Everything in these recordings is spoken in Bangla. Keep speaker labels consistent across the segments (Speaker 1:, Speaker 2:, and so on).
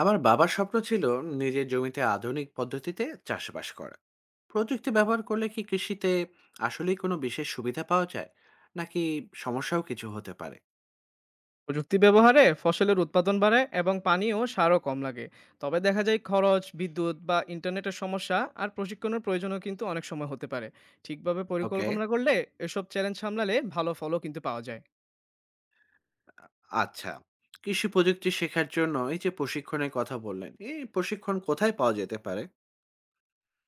Speaker 1: আমার বাবার স্বপ্ন ছিল নিজের জমিতে আধুনিক পদ্ধতিতে চাষবাস করা। প্রযুক্তি ব্যবহার করলে কি কৃষিতে আসলেই কোনো বিশেষ সুবিধা পাওয়া যায়, নাকি সমস্যাও কিছু হতে পারে?
Speaker 2: প্রযুক্তি ব্যবহারে ফসলের উৎপাদন বাড়ায় এবং পানি ও সারও কম লাগে। তবে দেখা যায় খরচ, বিদ্যুৎ বা ইন্টারনেটের সমস্যা আর প্রশিক্ষণের প্রয়োজনও কিন্তু অনেক সময় হতে পারে। ঠিকভাবে
Speaker 1: ওকে।
Speaker 2: পরিকল্পনা করলে এসব চ্যালেঞ্জ সামলালে ভালো ফলও কিন্তু পাওয়া যায়।
Speaker 1: আচ্ছা, কৃষি প্রযুক্তি শেখার জন্য এই যে প্রশিক্ষণের কথা বললেন, এই প্রশিক্ষণ কোথায় পাওয়া যেতে পারে?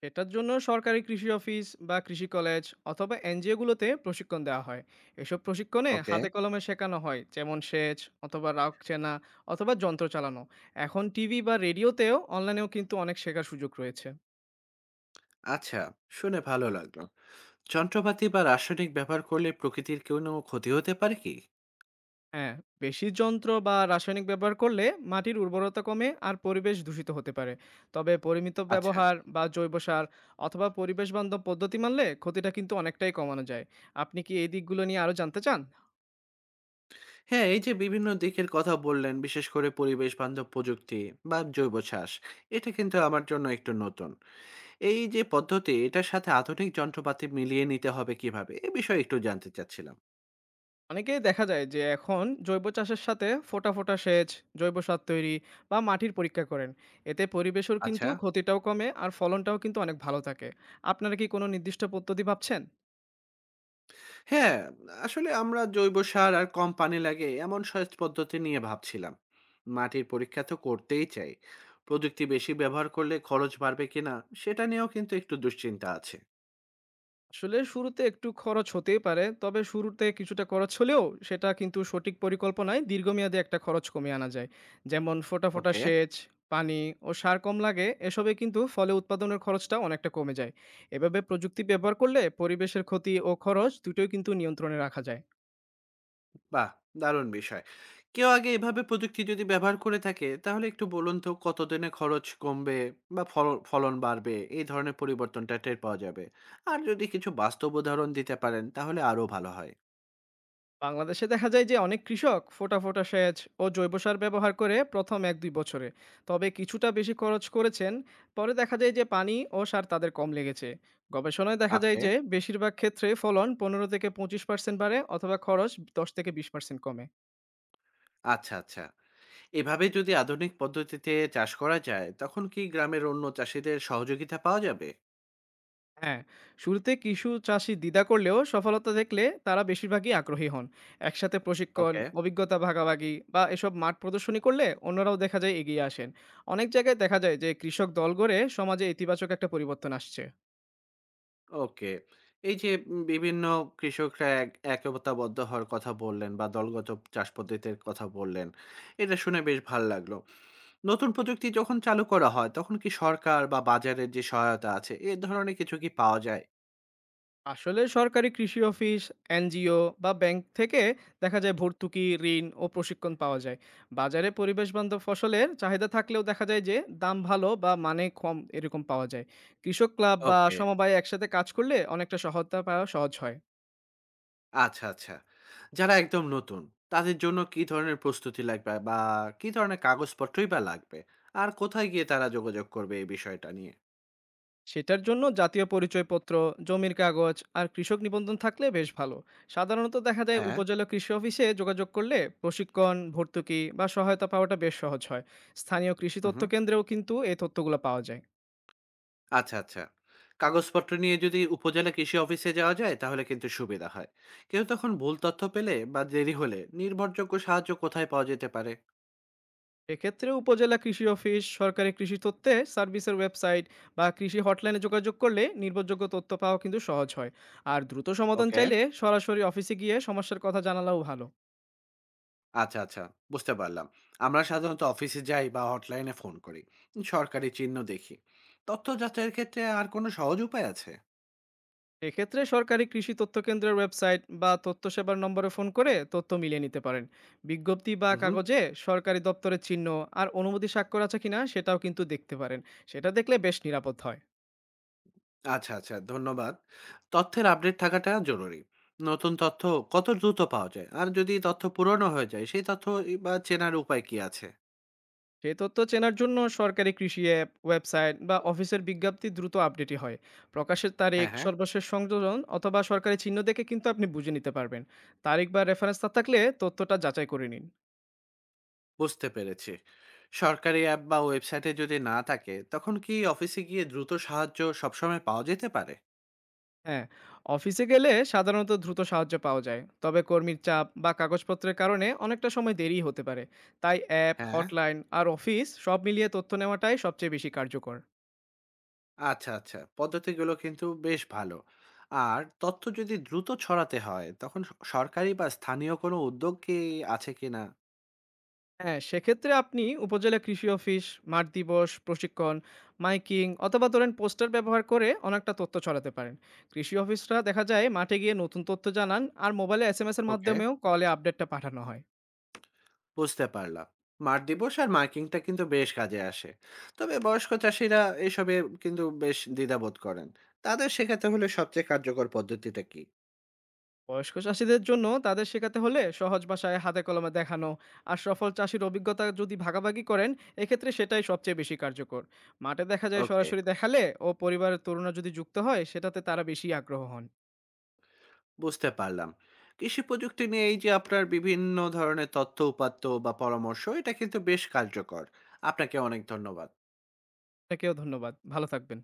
Speaker 2: এটার জন্য সরকারি কৃষি অফিস বা কৃষি কলেজ অথবা এনজিওগুলোতে প্রশিক্ষণ দেওয়া হয়। এসব প্রশিক্ষণে
Speaker 1: ওকে।
Speaker 2: হাতে কলমে শেখানো হয়, যেমন সেচ অথবা রাগ চেনা অথবা যন্ত্র চালানো। এখন টিভি বা রেডিওতেও, অনলাইনেও কিন্তু অনেক শেখার সুযোগ রয়েছে।
Speaker 1: আচ্ছা, শুনে ভালো লাগলো। যন্ত্রপাতি বা রাসায়নিক ব্যবহার করলে প্রকৃতির কোনো ক্ষতি হতে পারে কি?
Speaker 2: হ্যাঁ, বেশি যন্ত্র বা রাসায়নিক ব্যবহার করলে মাটির উর্বরতা কমে আর পরিবেশ দূষিত হতে পারে। তবে পরিমিত
Speaker 1: আচ্ছা।
Speaker 2: ব্যবহার বা জৈব সার অথবা পরিবেশ বান্ধব পদ্ধতি মানলে ক্ষতিটা কিন্তু অনেকটাই কমানো যায়। আপনি কি এই দিকগুলো নিয়ে আরো জানতে চান?
Speaker 1: হ্যাঁ, এই যে বিভিন্ন দিকের কথা বললেন, বিশেষ করে পরিবেশ বান্ধব প্রযুক্তি বা জৈব চাষ, এটা কিন্তু আমার জন্য একটু নতুন। এই যে পদ্ধতি, এটার সাথে আধুনিক যন্ত্রপাতি মিলিয়ে নিতে হবে কিভাবে? এ বিষয়ে একটু জানতে চাচ্ছিলাম।
Speaker 2: অনেকেই দেখা যায় যে এখন জৈব চাষের সাথে ফোটা ফোটা সেচ, জৈব সার তৈরি বা মাটির পরীক্ষা করেন। এতে পরিবেশের
Speaker 1: আচ্ছা,
Speaker 2: কিন্তু ক্ষতিটাও কমে আর ফলনটাও কিন্তু অনেক ভালো থাকে। আপনারা কি কোনো নির্দিষ্ট পদ্ধতি ভাবছেন?
Speaker 1: হ্যাঁ, আসলে আমরা জৈব সার আর কম পানি লাগে এমন সেচ পদ্ধতি নিয়ে ভাবছিলাম। মাটির পরীক্ষা তো করতেই চাই। প্রযুক্তি বেশি ব্যবহার করলে খরচ বাড়বে কিনা সেটা নিয়েও কিন্তু একটু দুশ্চিন্তা আছে।
Speaker 2: আসলে শুরুতে একটু খরচ হতেই পারে। তবে শুরুতে কিছুটা খরচ হলেও সেটা কিন্তু সঠিক পরিকল্পনায় দীর্ঘমেয়াদে একটা খরচ কমিয়ে আনা যায়। যেমন ফোঁটা, ফোঁটা
Speaker 1: ওকে।
Speaker 2: সেচ, পানি ও সার কম লাগে। এসবে কিন্তু ফলে উৎপাদনের খরচটা অনেকটা কমে যায়। এভাবে প্রযুক্তি ব্যবহার করলে পরিবেশের ক্ষতি ও খরচ দুটোই কিন্তু নিয়ন্ত্রণে রাখা যায়।
Speaker 1: বাহ! দারুণ বিষয়। কেউ আগে এভাবে প্রযুক্তি যদি ব্যবহার করে থাকে, তাহলে একটু বলুন তো কতদিনে খরচ কমবে বা ফল ফলন বাড়বে? এই ধরনের পরিবর্তনটা টের পাওয়া যাবে। আর যদি কিছু বাস্তব উদাহরণ দিতে পারেন তাহলে আরো ভালো হয়।
Speaker 2: বাংলাদেশে দেখা যায় যে অনেক কৃষক ফোটা ফোটা সেচ ও জৈব সার ব্যবহার করে প্রথম 1-2 বছরে তবে কিছুটা বেশি খরচ করেছেন। পরে দেখা যায় যে পানি ও সার তাদের কম লেগেছে। গবেষণায় দেখা যায়
Speaker 1: ওকে,
Speaker 2: যে বেশিরভাগ ক্ষেত্রে ফলন 15-25% বাড়ে অথবা খরচ 10-20% কমে।
Speaker 1: আচ্ছা, আচ্ছা। এভাবে যদি আধুনিক পদ্ধতিতে চাষ করা যায়, তখন কি গ্রামের অন্য চাষীদের সহযোগিতা পাওয়া যাবে?
Speaker 2: হ্যাঁ, শুরুতে কিছু চাষি দ্বিধা করলেও সফলতা দেখলে তারা বেশিরভাগই আগ্রহী হন। একসাথে প্রশিক্ষণ,
Speaker 1: ওকে।
Speaker 2: অভিজ্ঞতা ভাগাভাগি বা এসব মাঠ প্রদর্শনী করলে অন্যরাও দেখা যায় এগিয়ে আসেন। অনেক জায়গায় দেখা যায় যে কৃষক দল গড়ে সমাজে ইতিবাচক একটা পরিবর্তন আসছে।
Speaker 1: ওকে। এই যে বিভিন্ন কৃষকরা একতাবদ্ধ হওয়ার কথা বললেন বা দলগত চাষ পদ্ধতির কথা বললেন। এটা শুনে বেশ ভাল লাগলো। নতুন প্রযুক্তি যখন চালু করা হয় তখন কি সরকার বা বাজারের যে সহায়তা আছে এ ধরনের কিছু কি পাওয়া যায়?
Speaker 2: আসলে সরকারি কৃষি অফিস, এনজিও বা ব্যাংক থেকে দেখা যায় ভর্তুকি, ঋণ ও প্রশিক্ষণ পাওয়া যায়। বাজারে পরিবেশ বান্ধব ফসলের চাহিদা থাকলেও দেখা যায় যে দাম ভালো বা মানে কম এরকম পাওয়া যায়। কৃষক ক্লাব বা
Speaker 1: ওকে।
Speaker 2: সমবায় একসাথে কাজ করলে অনেকটা সহায়তা পাওয়া সহজ হয়।
Speaker 1: আচ্ছা, আচ্ছা। যারা একদম নতুন তাদের জন্য কি ধরনের প্রস্তুতি লাগবে বা কি ধরনের কাগজপত্রই বা লাগবে? আর কোথায় গিয়ে তারা যোগাযোগ করবে এই বিষয়টা নিয়ে?
Speaker 2: সেটার জন্য জাতীয় পরিচয়পত্র, জমির কাগজ আর কৃষক নিবন্ধন থাকলে বেশ ভালো। সাধারণত দেখা যায়
Speaker 1: হ্যাঁ।
Speaker 2: উপজেলা কৃষি অফিসে যোগাযোগ করলে প্রশিক্ষণ, ভর্তুকি বা সহায়তা পাওয়াটা বেশ সহজ হয়। স্থানীয় কৃষি
Speaker 1: হুম,
Speaker 2: তথ্য
Speaker 1: হুম।
Speaker 2: কেন্দ্রেও কিন্তু এই তথ্যগুলো পাওয়া যায়।
Speaker 1: আচ্ছা, আচ্ছা। কাগজপত্র নিয়ে যদি উপজেলা কৃষি অফিসে যাওয়া যায় তাহলে কিন্তু সুবিধা হয়। কেউ তখন ভুল তথ্য পেলে বা দেরি হলে নির্ভরযোগ্য সাহায্য কোথায় পাওয়া যেতে পারে?
Speaker 2: এক্ষেত্রে উপজেলা কৃষি অফিস, সরকারি কৃষি তথ্যে সার্ভিসের ওয়েবসাইট বা কৃষি হটলাইনে যোগাযোগ করলে নির্ভরযোগ্য তথ্য পাওয়া কিন্তু সহজ হয়। আর দ্রুত সমাধান
Speaker 1: ওকে।
Speaker 2: চাইলে সরাসরি অফিসে গিয়ে সমস্যার কথা জানালেও ভালো।
Speaker 1: আচ্ছা, আচ্ছা। বুঝতে পারলাম। আমরা সাধারণত অফিসে যাই বা হটলাইনে ফোন করি। সরকারি চিহ্ন দেখি। তথ্য যাচাইয়ের ক্ষেত্রে আর কোনো সহজ উপায় আছে?
Speaker 2: এক্ষেত্রে সরকারি কৃষি তথ্য কেন্দ্রের ওয়েবসাইট বা তথ্য সেবার নম্বরে ফোন করে তথ্য মিলিয়ে নিতে পারেন। বিজ্ঞপ্তি বা
Speaker 1: উহু।
Speaker 2: কাগজে সরকারি দপ্তরের চিহ্ন আর অনুমতি স্বাক্ষর আছে কিনা সেটাও কিন্তু দেখতে পারেন। সেটা দেখলে বেশ নিরাপদ হয়।
Speaker 1: আচ্ছা, আচ্ছা। ধন্যবাদ। তথ্যের আপডেট থাকাটা জরুরি। নতুন তথ্য কত দ্রুত পাওয়া যায়? আর যদি তথ্য পুরনো হয়ে যায় সেই তথ্য ই বা চেনার উপায় কি আছে?
Speaker 2: সেই তথ্য চেনার জন্য সরকারি কৃষি অ্যাপ, ওয়েবসাইট বা অফিসের বিজ্ঞপ্তি দ্রুত আপডেটই হয়। প্রকাশের তারিখ,
Speaker 1: হ্যাঁ, হ্যাঁ।
Speaker 2: সর্বশেষ সংযোজন অথবা সরকারি চিহ্ন দেখে কিন্তু আপনি বুঝে নিতে পারবেন। তারিখ বা রেফারেন্স না থাকলে তথ্যটা যাচাই করে নিন।
Speaker 1: বুঝতে পেরেছি। সরকারি অ্যাপ বা ওয়েবসাইটে যদি না থাকে তখন কি অফিসে গিয়ে দ্রুত সাহায্য সবসময় পাওয়া যেতে পারে?
Speaker 2: হ্যাঁ, অফিসে গেলে সাধারণত দ্রুত সাহায্য পাওয়া যায়, তবে কর্মীর চাপ বা কাগজপত্রের কারণে অনেকটা সময় দেরি হতে পারে। তাই অ্যাপ,
Speaker 1: হ্যাঁ।
Speaker 2: হটলাইন আর অফিস সব মিলিয়ে তথ্য নেওয়াটাই সবচেয়ে বেশি কার্যকর।
Speaker 1: আচ্ছা, আচ্ছা, পদ্ধতিগুলো কিন্তু বেশ ভালো। আর তথ্য যদি দ্রুত ছড়াতে হয় তখন সরকারি বা স্থানীয় কোনো উদ্যোগ কি আছে কিনা?
Speaker 2: হ্যাঁ, সেক্ষেত্রে আপনি উপজেলা কৃষি অফিস, মাঠ দিবস, প্রশিক্ষণ, মাইকিং অথবা ধরেন পোস্টার ব্যবহার করে অনেকটা তথ্য ছড়াতে পারেন। কৃষি অফিসরা দেখা যায় মাঠে গিয়ে নতুন তথ্য জানান আর মোবাইলে এসএমএস এর
Speaker 1: ওকে।
Speaker 2: মাধ্যমেও, কলে আপডেটটা পাঠানো হয়।
Speaker 1: বুঝতে পারলাম। মাঠ দিবস আর মার্কিংটা কিন্তু বেশ কাজে আসে। তবে বয়স্ক চাষিরা এসবে কিন্তু বেশ দ্বিধাবোধ করেন। তাদের শেখাতে হলে সবচেয়ে কার্যকর পদ্ধতিটা কি?
Speaker 2: বয়স্ক চাষীদের জন্য তাদের শেখাতে হলে সহজ ভাষায় হাতে কলমে দেখানো আর সফল চাষীর অভিজ্ঞতা যদি ভাগাভাগি করেন, এক্ষেত্রে সেটাই সবচেয়ে বেশি কার্যকর। মাঠে দেখা যায়
Speaker 1: ওকে।
Speaker 2: সরাসরি দেখালে ও পরিবারের তরুণরা যদি যুক্ত হয় সেটাতে তারা বেশি আগ্রহ হন।
Speaker 1: বুঝতে পারলাম। কৃষি প্রযুক্তি নিয়ে এই যে আপনার বিভিন্ন ধরনের তথ্য উপাত্ত বা পরামর্শ, এটা কিন্তু বেশ কার্যকর। আপনাকে অনেক ধন্যবাদ।
Speaker 2: আপনাকেও ধন্যবাদ। ভালো থাকবেন।